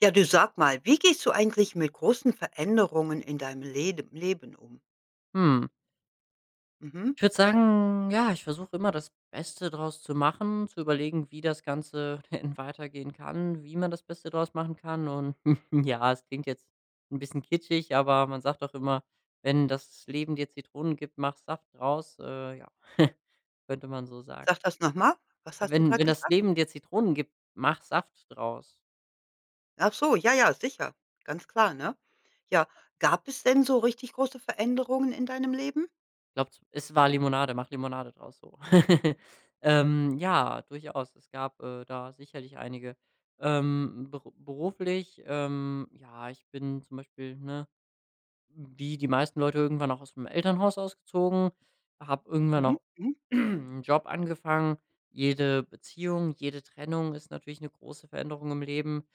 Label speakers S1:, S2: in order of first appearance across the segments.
S1: Ja, du sag mal, wie gehst du eigentlich mit großen Veränderungen in deinem Lede Leben um?
S2: Hm,
S1: Mhm.
S2: ich würde sagen, ja, ich versuche immer das Beste draus zu machen, zu überlegen, wie das Ganze denn weitergehen kann, wie man das Beste draus machen kann. Und ja, es klingt jetzt ein bisschen kitschig, aber man sagt doch immer: „Wenn das Leben dir Zitronen gibt, mach Saft draus.“ Ja, könnte man so sagen.
S1: Sag das noch mal. Was hast du
S2: Wenn
S1: gerade
S2: wenn das
S1: gesagt?
S2: Leben dir Zitronen gibt, mach Saft draus.
S1: Ach so, ja, ja, sicher. Ganz klar, ne? Ja, gab es denn so richtig große Veränderungen in deinem Leben?
S2: Glaubts es war Limonade, mach Limonade draus, so. Ja, durchaus. Es gab, da sicherlich einige. Beruflich, ja, ich bin zum Beispiel, ne, wie die meisten Leute irgendwann auch aus dem Elternhaus ausgezogen, habe irgendwann
S1: Mhm,
S2: auch
S1: mhm.
S2: einen Job angefangen. Jede Beziehung, jede Trennung ist natürlich eine große Veränderung im Leben.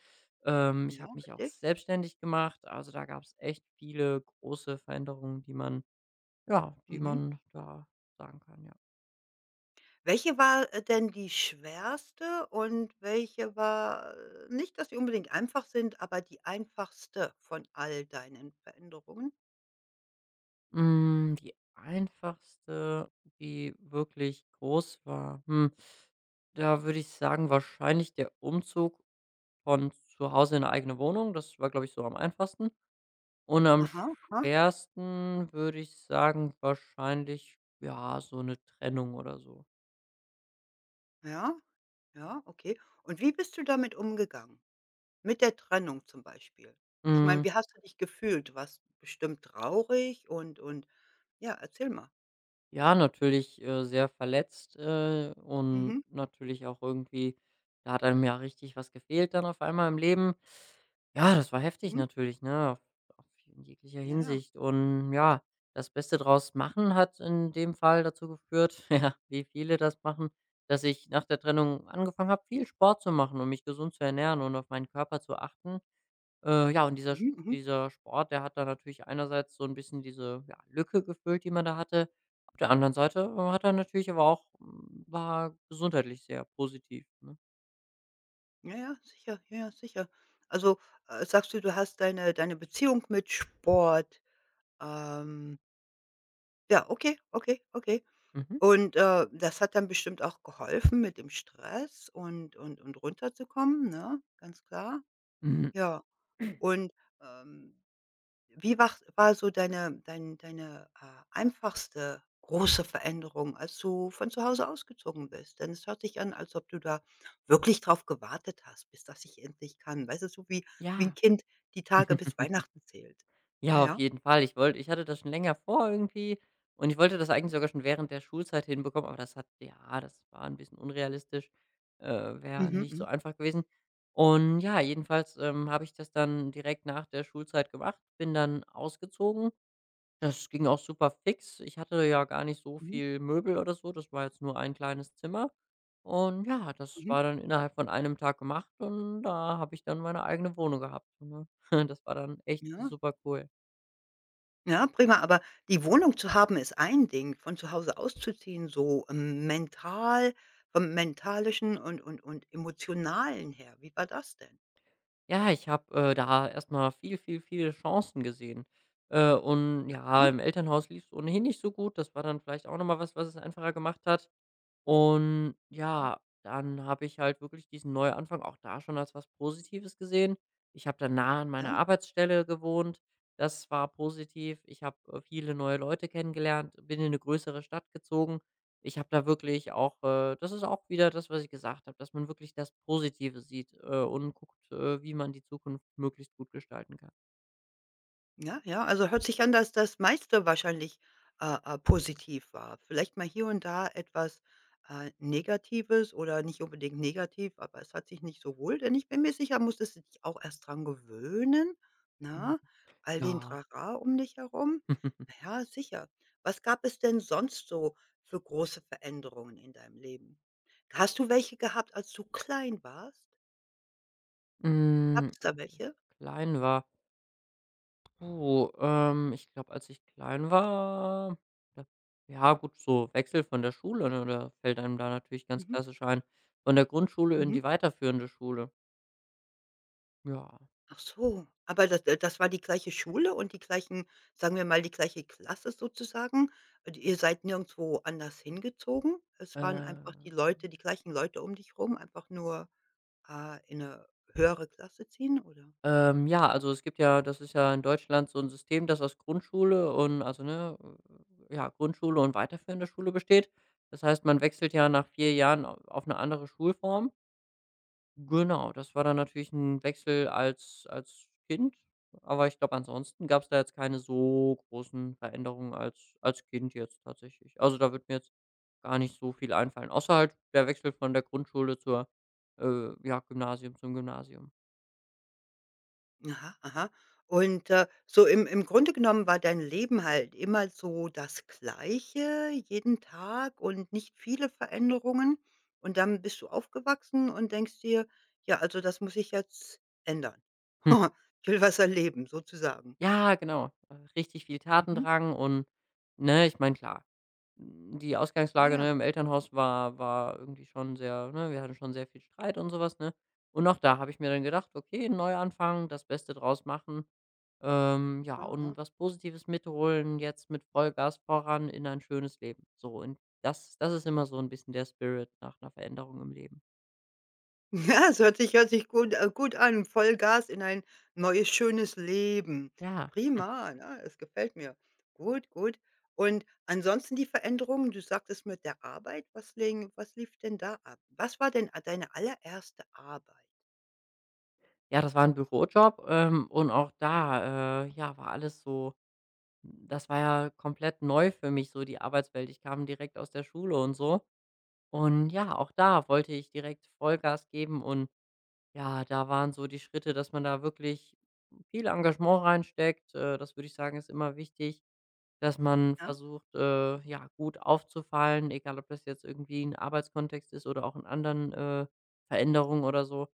S2: Ich habe
S1: Ja,
S2: mich auch
S1: richtig.
S2: selbstständig gemacht. Also, da gab es echt viele große Veränderungen, die man ja, die
S1: Mhm.
S2: man da sagen kann, ja.
S1: Welche war, denn die schwerste und welche war nicht, dass sie unbedingt einfach sind, aber die einfachste von all deinen Veränderungen?
S2: Hm, die einfachste, die wirklich groß war, hm, da würde ich sagen, wahrscheinlich der Umzug von zu Hause in eine eigene Wohnung. Das war, glaube ich, so am einfachsten. Und am
S1: Aha, aha,
S2: schwersten würde ich sagen, wahrscheinlich, ja, so eine Trennung oder so.
S1: ja. Ja, okay. Und wie bist du damit umgegangen? Mit der Trennung zum Beispiel? Ich meine,
S2: Mhm.
S1: wie hast du dich gefühlt? Du warst bestimmt traurig und ja, erzähl mal.
S2: Ja, natürlich, sehr verletzt, und
S1: Mhm,
S2: natürlich auch irgendwie da hat einem ja richtig was gefehlt dann auf einmal im Leben. Ja, das war heftig
S1: mhm,
S2: natürlich, ne, auf in jeglicher
S1: ja, ja.
S2: Hinsicht und ja, das Beste draus machen hat in dem Fall dazu geführt, ja, wie viele das machen, dass ich nach der Trennung angefangen habe, viel Sport zu machen, um mich gesund zu ernähren und auf meinen Körper zu achten. Ja, und
S1: Mhm, mhm.
S2: dieser Sport, der hat da natürlich einerseits so ein bisschen diese, ja, Lücke gefüllt, die man da hatte. Auf der anderen Seite, hat er natürlich aber auch war gesundheitlich sehr positiv, ne?
S1: Ja, ja, sicher, ja, ja, sicher. Also, sagst du, du hast deine Beziehung mit Sport ähm, ja, okay, okay, okay.
S2: Mhm.
S1: Und, das hat dann bestimmt auch geholfen mit dem Stress und und runterzukommen, ne? Ganz klar.
S2: Mhm.
S1: Ja, und, ähm wie wach war so deine einfachste große Veränderung, als du von zu Hause ausgezogen bist? Denn es hört sich an, als ob du da wirklich drauf gewartet hast, bis das ich endlich kann. Weißt du, so wie wie ein
S2: Ja.
S1: Kind die Tage bis Weihnachten zählt. Ja,
S2: Ja, auf
S1: ja.
S2: jeden Fall. Ich hatte das schon länger vor irgendwie und ich wollte das eigentlich sogar schon während der Schulzeit hinbekommen, aber das hat ja, das war ein bisschen unrealistisch, äh, wäre
S1: Mhm,
S2: nicht so
S1: mhm,
S2: einfach gewesen. Und ja, jedenfalls, habe ich das dann direkt nach der Schulzeit gemacht, bin dann ausgezogen. Das ging auch super fix. Ich hatte ja gar nicht so
S1: mhm,
S2: viel Möbel oder so. Das war jetzt nur ein kleines Zimmer. Und ja, das
S1: mhm.
S2: war dann innerhalb von einem Tag gemacht und da habe ich dann meine eigene Wohnung gehabt, ne? Das war dann echt
S1: Ja,
S2: super cool.
S1: ja, prima. Aber die Wohnung zu haben ist ein Ding, von zu Hause auszuziehen, so, mental vom Mentalischen und und Emotionalen her. Wie war das denn?
S2: Ja, ich habe, da erst mal viel, viel, viele Chancen gesehen. Und ja,
S1: Ja?
S2: im Elternhaus lief es ohnehin nicht so gut. Das war dann vielleicht auch noch mal was, was es einfacher gemacht hat. Und
S1: Hm,
S2: ja, dann habe ich halt wirklich diesen Neuanfang auch da schon als was Positives gesehen. Ich habe dann nah an meiner
S1: ja?
S2: Arbeitsstelle gewohnt. Das war positiv. Ich habe viele neue Leute kennengelernt, bin in eine größere Stadt gezogen. Ich habe da wirklich auch, das ist auch wieder das, was ich gesagt habe, dass man wirklich das Positive sieht und guckt, wie man die Zukunft möglichst gut gestalten kann.
S1: Ja, ja, also hört sich an, dass das meiste wahrscheinlich, positiv war. Vielleicht mal hier und da etwas, Negatives oder nicht unbedingt negativ, aber es hat sich nicht so wohl denn ich bin mir sicher, musstest du dich auch erst dran gewöhnen.
S2: Mhm.
S1: Na, all den
S2: Ja.
S1: Trara um dich herum. Na ja, sicher. Was gab es denn sonst so für große Veränderungen in deinem Leben? Hast du welche gehabt, als du klein warst? Gab es da
S2: Als ich
S1: welche?
S2: klein war. Oh, ich glaube, als ich klein war, da ja gut, so Wechsel von der Schule, ne, da fällt einem da natürlich ganz
S1: Mhm,
S2: klassisch ein, von der Grundschule in
S1: mhm.
S2: die weiterführende Schule. Ja,
S1: Ach so, aber das war die gleiche Schule und die gleichen, sagen wir mal, die gleiche Klasse sozusagen? Und ihr seid nirgendwo anders hingezogen? Es waren
S2: äh,
S1: einfach die gleichen Leute um dich rum, einfach nur, in eine höhere Klasse ziehen, oder?
S2: ja, also es gibt ja das ist ja in Deutschland so ein System, das aus Grundschule und also, ne, ja, Grundschule und weiterführende Schule besteht. Das heißt, man wechselt ja nach 4 Jahren au auf eine andere Schulform. Genau, das war dann natürlich ein Wechsel als Kind, aber ich glaube, ansonsten gab es da jetzt keine so großen Veränderungen als Kind jetzt tatsächlich. Also, da wird mir jetzt gar nicht so viel einfallen, außer halt der Wechsel von der Grundschule zur, ja, Gymnasium.
S1: Aha, aha. Und, so im Grunde genommen war dein Leben halt immer so das Gleiche jeden Tag und nicht viele Veränderungen. Und dann bist du aufgewachsen und denkst dir: „Ja, also das muss ich jetzt ändern.
S2: Hm.
S1: Ich will was erleben“, sozusagen.
S2: Ja, genau, richtig viel
S1: Mhm.
S2: Tatendrang und, ne, ich meine, klar. Hm, die
S1: Ja,
S2: Ausgangslage,
S1: ja.
S2: ne, im Elternhaus war irgendwie schon sehr ne, wir hatten schon sehr viel Streit und sowas ne? Und auch da habe ich mir dann gedacht: „Okay, Neuanfang, das Beste draus machen, ja,
S1: Aha, aha.
S2: und was Positives mitholen, jetzt mit Vollgas voran in ein schönes Leben.“ So, und das ist immer so ein bisschen der Spirit nach einer Veränderung im Leben.
S1: Ja, es hört sich gut an. Vollgas in ein neues, schönes Leben.
S2: Ja,
S1: Prima, ne? Das gefällt mir. Gut, gut. Und ansonsten die Veränderungen, du sagtest mit der Arbeit, was lief denn da ab? Was war denn a deine allererste Arbeit,
S2: ja, das war ein Bürojob, und auch da, ja, war alles so das war ja komplett neu für mich, so die Arbeitswelt. Ich kam direkt aus der Schule und so. Und ja, auch da wollte ich direkt Vollgas geben und ja, da waren so die Schritte, dass man da wirklich viel Engagement reinsteckt. Das würde ich sagen, ist immer wichtig, dass man
S1: ja?
S2: versucht, ja, gut aufzufallen, egal ob das jetzt irgendwie ein Arbeitskontext ist oder auch in anderen Veränderungen oder so.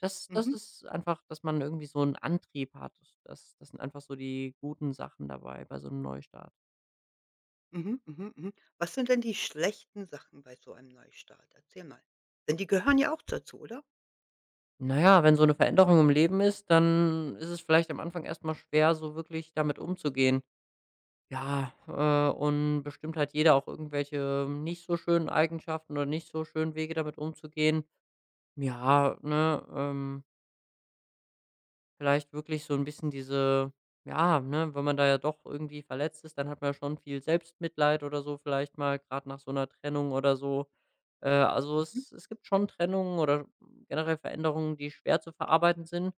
S2: Das
S1: Mhm,
S2: ist einfach, dass man irgendwie so einen Antrieb hat. Das sind einfach so die guten Sachen dabei bei so einem Neustart.
S1: mhm, mhm, mhm. Was sind denn die schlechten Sachen bei so einem Neustart? Erzähl mal. Denn die gehören ja auch dazu, oder?
S2: Na ja, wenn so eine Veränderung im Leben ist, dann ist es vielleicht am Anfang erstmal schwer, so wirklich damit umzugehen. Ja, und bestimmt hat jeder auch irgendwelche nicht so schönen Eigenschaften oder nicht so schönen Wege, damit umzugehen. Ja, ne, vielleicht wirklich so ein bisschen diese ja, ne, wenn man da ja doch irgendwie verletzt ist, dann hat man ja schon viel Selbstmitleid oder so vielleicht mal, gerade nach so einer Trennung oder so. Also,
S1: Mhm,
S2: es gibt schon Trennungen oder generell Veränderungen, die schwer zu verarbeiten sind.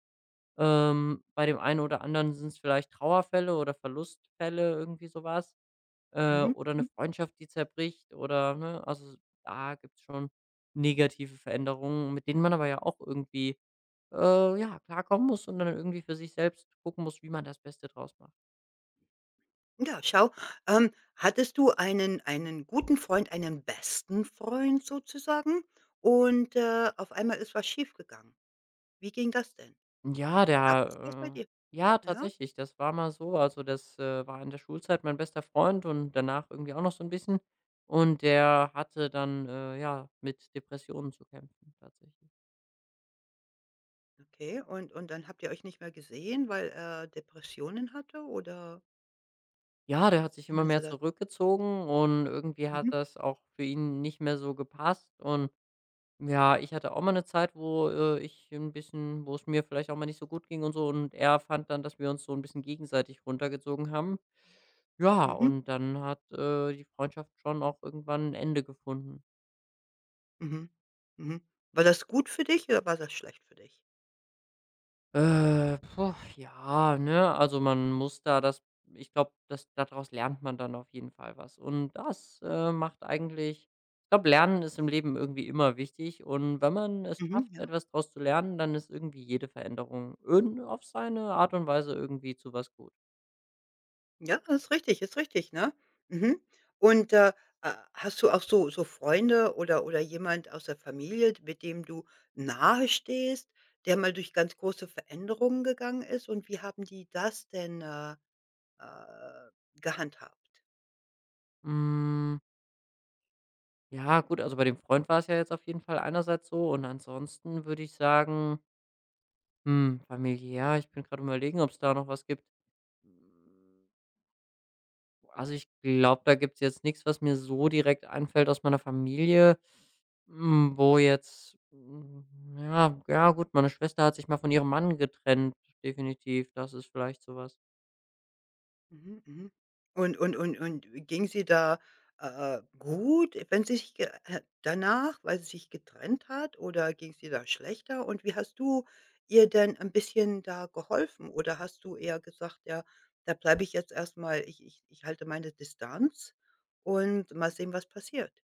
S2: Bei dem einen oder anderen sind es vielleicht Trauerfälle oder Verlustfälle, irgendwie so was, oder eine
S1: mhm.
S2: Freundschaft, die zerbricht oder ne? Also, da gibt's schon negative Veränderungen, mit denen man aber ja auch irgendwie, ja, klarkommen muss und dann irgendwie für sich selbst gucken muss, wie man das Beste draus macht.
S1: Ja, schau. Ähm, hattest du einen guten Freund, einen besten Freund sozusagen und, auf einmal ist was schiefgegangen. Wie ging das denn?
S2: Ja,
S1: Gab es das bei
S2: der
S1: dir?
S2: ja,
S1: Ja?
S2: tatsächlich, das war mal so. Also, das, war in der Schulzeit mein bester Freund und danach irgendwie auch noch so ein bisschen. Und der hatte dann, ja, mit Depressionen zu kämpfen tatsächlich.
S1: Okay, dann habt ihr euch nicht mehr gesehen, weil er Depressionen hatte oder
S2: Ja, der hat sich
S1: wie
S2: immer
S1: meinst
S2: mehr
S1: du das?
S2: zurückgezogen und irgendwie hat
S1: Mhm,
S2: das auch für ihn nicht mehr so gepasst. Und ja, ich hatte auch mal eine Zeit, wo, ich ein bisschen wo es mir vielleicht auch mal nicht so gut ging und so und er fand dann, dass wir uns so ein bisschen gegenseitig runtergezogen haben. Ja,
S1: mhm,
S2: und dann hat, die Freundschaft schon auch irgendwann ein Ende gefunden.
S1: mhm, mhm. War das gut für dich oder war das schlecht für dich?
S2: Boah, ja, ne? Also man muss da das ich glaube, das daraus lernt man dann auf jeden Fall was. Und das, macht eigentlich ich glaube, Lernen ist im Leben irgendwie immer wichtig und wenn man es
S1: Mhm,
S2: schafft,
S1: ja.
S2: etwas daraus zu lernen, dann ist irgendwie jede Veränderung irgend auf seine Art und Weise irgendwie zu was gut.
S1: Ja, ist richtig, ne? Mhm. Und, hast du auch so Freunde oder jemand aus der Familie, mit dem du nahe stehst, der mal durch ganz große Veränderungen gegangen ist und wie haben die das denn, äh, gehandhabt?
S2: Hm, ja gut, also bei dem Freund war es ja jetzt auf jeden Fall einerseits so und ansonsten würde ich sagen, hm, familiär, ich bin gerade überlegen ob es da noch was gibt. Also, ich glaube, da gibt's jetzt nichts, was mir so direkt einfällt aus meiner Familie, hm, wo jetzt hm, ja, ja gut, meine Schwester hat sich mal von ihrem Mann getrennt, definitiv. Das ist vielleicht so was.
S1: Mhm, mhm. Und ging sie da, gut, wenn sie sich ge danach, weil sie sich getrennt hat oder ging sie da schlechter? Und wie hast du ihr denn ein bisschen da geholfen? Oder hast du eher gesagt: „Ja, da bleibe ich jetzt erstmal, ich halte meine Distanz und mal sehen, was passiert?“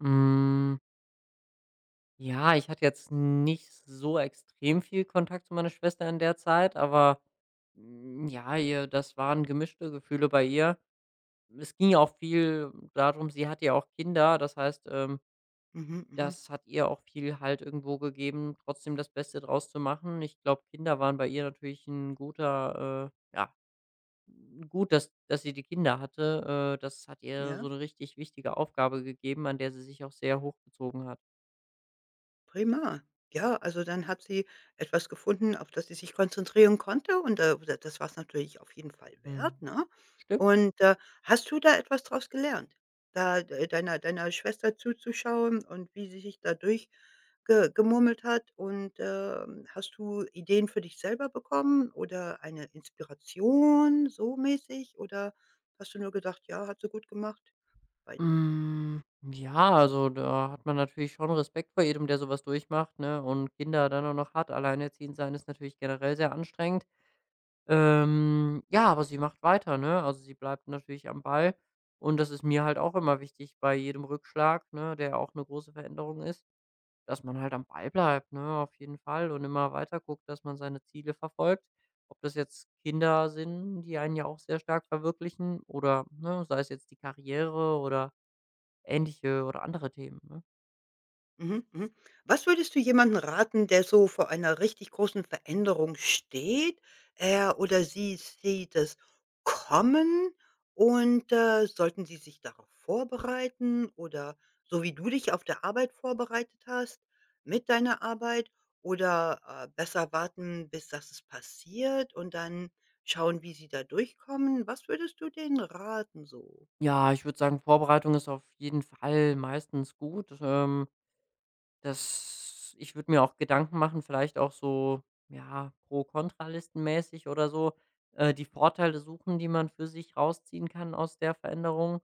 S2: Hm, ja, ich hatte jetzt nicht so extrem viel Kontakt zu meiner Schwester in der Zeit, aber, hm, ja, ihr das waren gemischte Gefühle bei ihr. Es ging ja auch viel darum, sie hatte ja auch Kinder, das heißt,
S1: Mhm, mhm.
S2: das hat ihr auch viel Halt irgendwo gegeben, trotzdem das Beste draus zu machen. Ich glaube, Kinder waren bei ihr natürlich ein guter, ja, gut, dass sie die Kinder hatte. Das hat ihr so
S1: Ja?
S2: eine richtig wichtige Aufgabe gegeben, an der sie sich auch sehr hochgezogen hat.
S1: Prima. Ja, also dann hat sie etwas gefunden, auf das sie sich konzentrieren konnte und, d das war's natürlich auf jeden Fall wert,
S2: Mhm.
S1: ne?
S2: Stimmt.
S1: Und, hast du da etwas draus gelernt? Da d Deiner deiner Schwester zuzuschauen und wie sie sich dadurch ge gemurmelt hat und, hast du Ideen für dich selber bekommen oder eine Inspiration so mäßig oder hast du nur gedacht: „Ja, hat sie gut gemacht, weiter?“
S2: Hm, ja, also, da hat man natürlich schon Respekt vor jedem, der sowas durchmacht, ne? Und Kinder dann auch noch hat. Alleinerziehend sein ist natürlich generell sehr anstrengend. Ja, aber sie macht weiter, ne? Also, sie bleibt natürlich am Ball und das ist mir halt auch immer wichtig bei jedem Rückschlag, ne, der auch eine große Veränderung ist, dass man halt am Ball bleibt, ne, auf jeden Fall und immer weiter guckt, dass man seine Ziele verfolgt. Ob das jetzt Kinder sind, die einen ja auch sehr stark verwirklichen oder, ne, sei es jetzt die Karriere oder ähnliche oder andere Themen, ne?
S1: Mhm, mhm. Was würdest du jemanden raten, der so vor einer richtig großen Veränderung steht? Er oder sie sieht es kommen und, sollten sie sich darauf vorbereiten oder so wie du dich auf der Arbeit vorbereitet hast, mit deiner Arbeit oder, besser warten, bis das es passiert und dann schauen, wie sie da durchkommen? Was würdest du denen raten so?
S2: Ja, ich würde sagen, Vorbereitung ist auf jeden Fall meistens gut. Das ich würde mir auch Gedanken machen, vielleicht auch so, ja, Pro Kontralistenmäßig oder so, die Vorteile suchen, die man für sich rausziehen kann aus der Veränderung.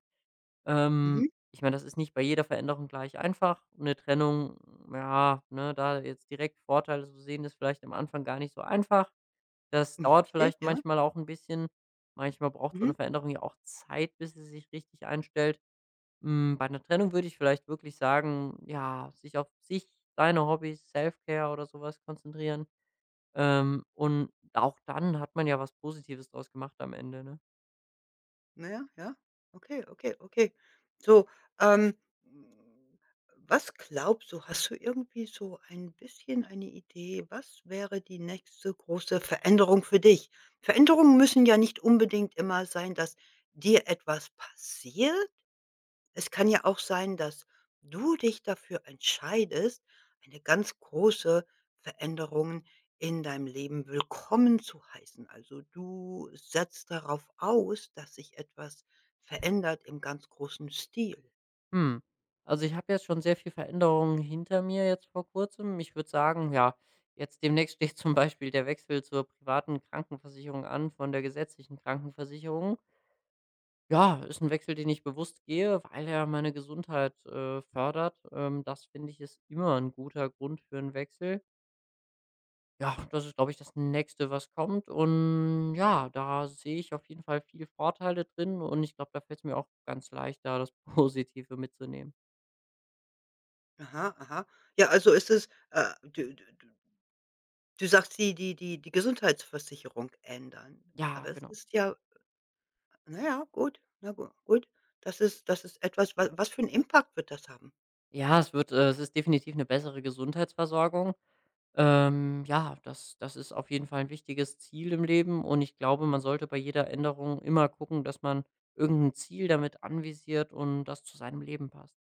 S1: Mhm.
S2: Ich meine, das ist nicht bei jeder Veränderung gleich einfach. Eine Trennung, ja, ne, da jetzt direkt Vorteile zu sehen, ist vielleicht am Anfang gar nicht so einfach. Das
S1: Ja,
S2: dauert
S1: richtig,
S2: vielleicht
S1: ja.
S2: manchmal auch ein bisschen. Manchmal braucht so
S1: Mhm.
S2: eine Veränderung ja auch Zeit, bis sie sich richtig einstellt. Hm, bei einer Trennung würde ich vielleicht wirklich sagen, ja, sich auf sich, seine Hobbys, Self-Care oder sowas konzentrieren. Und auch dann hat man ja was Positives draus gemacht am Ende, ne?
S1: Na ja, ja. Okay, okay, okay. So, ähm, hm, was glaubst du, hast du irgendwie so ein bisschen eine Idee, was wäre die nächste große Veränderung für dich? Veränderungen müssen ja nicht unbedingt immer sein, dass dir etwas passiert. Es kann ja auch sein, dass du dich dafür entscheidest, eine ganz große Veränderung in deinem Leben willkommen zu heißen. Also du setzt darauf aus, dass sich etwas verändert im ganz großen Stil.
S2: Hm, also, ich habe jetzt schon sehr viel Veränderungen hinter mir jetzt vor Kurzem. Ich würde sagen, ja, jetzt demnächst steht zum Beispiel der Wechsel zur privaten Krankenversicherung an von der gesetzlichen Krankenversicherung. Ja, ist ein Wechsel, den ich bewusst gehe, weil er meine Gesundheit, fördert. Das finde ich ist immer ein guter Grund für einen Wechsel. Ja, das ist, glaube ich, das Nächste, was kommt. Und ja, da sehe ich auf jeden Fall viele Vorteile drin und ich glaube, da fällt es mir auch ganz leicht, da das Positive mitzunehmen.
S1: Aha, aha. Ja, also ist es, du, du, du du sagst, die Gesundheitsversicherung ändern.
S2: Ja,
S1: Aber es
S2: genau.
S1: ist ja, na ja, gut, gut. Das ist etwas, was für einen Impact wird das haben?
S2: Ja, es wird es ist definitiv eine bessere Gesundheitsversorgung. Ja, das ist auf jeden Fall ein wichtiges Ziel im Leben und ich glaube, man sollte bei jeder Änderung immer gucken, dass man irgendein Ziel damit anvisiert und das zu seinem Leben passt.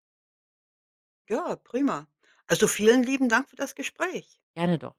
S1: Ja, prima. Also, vielen lieben Dank für das Gespräch.
S2: Gerne doch.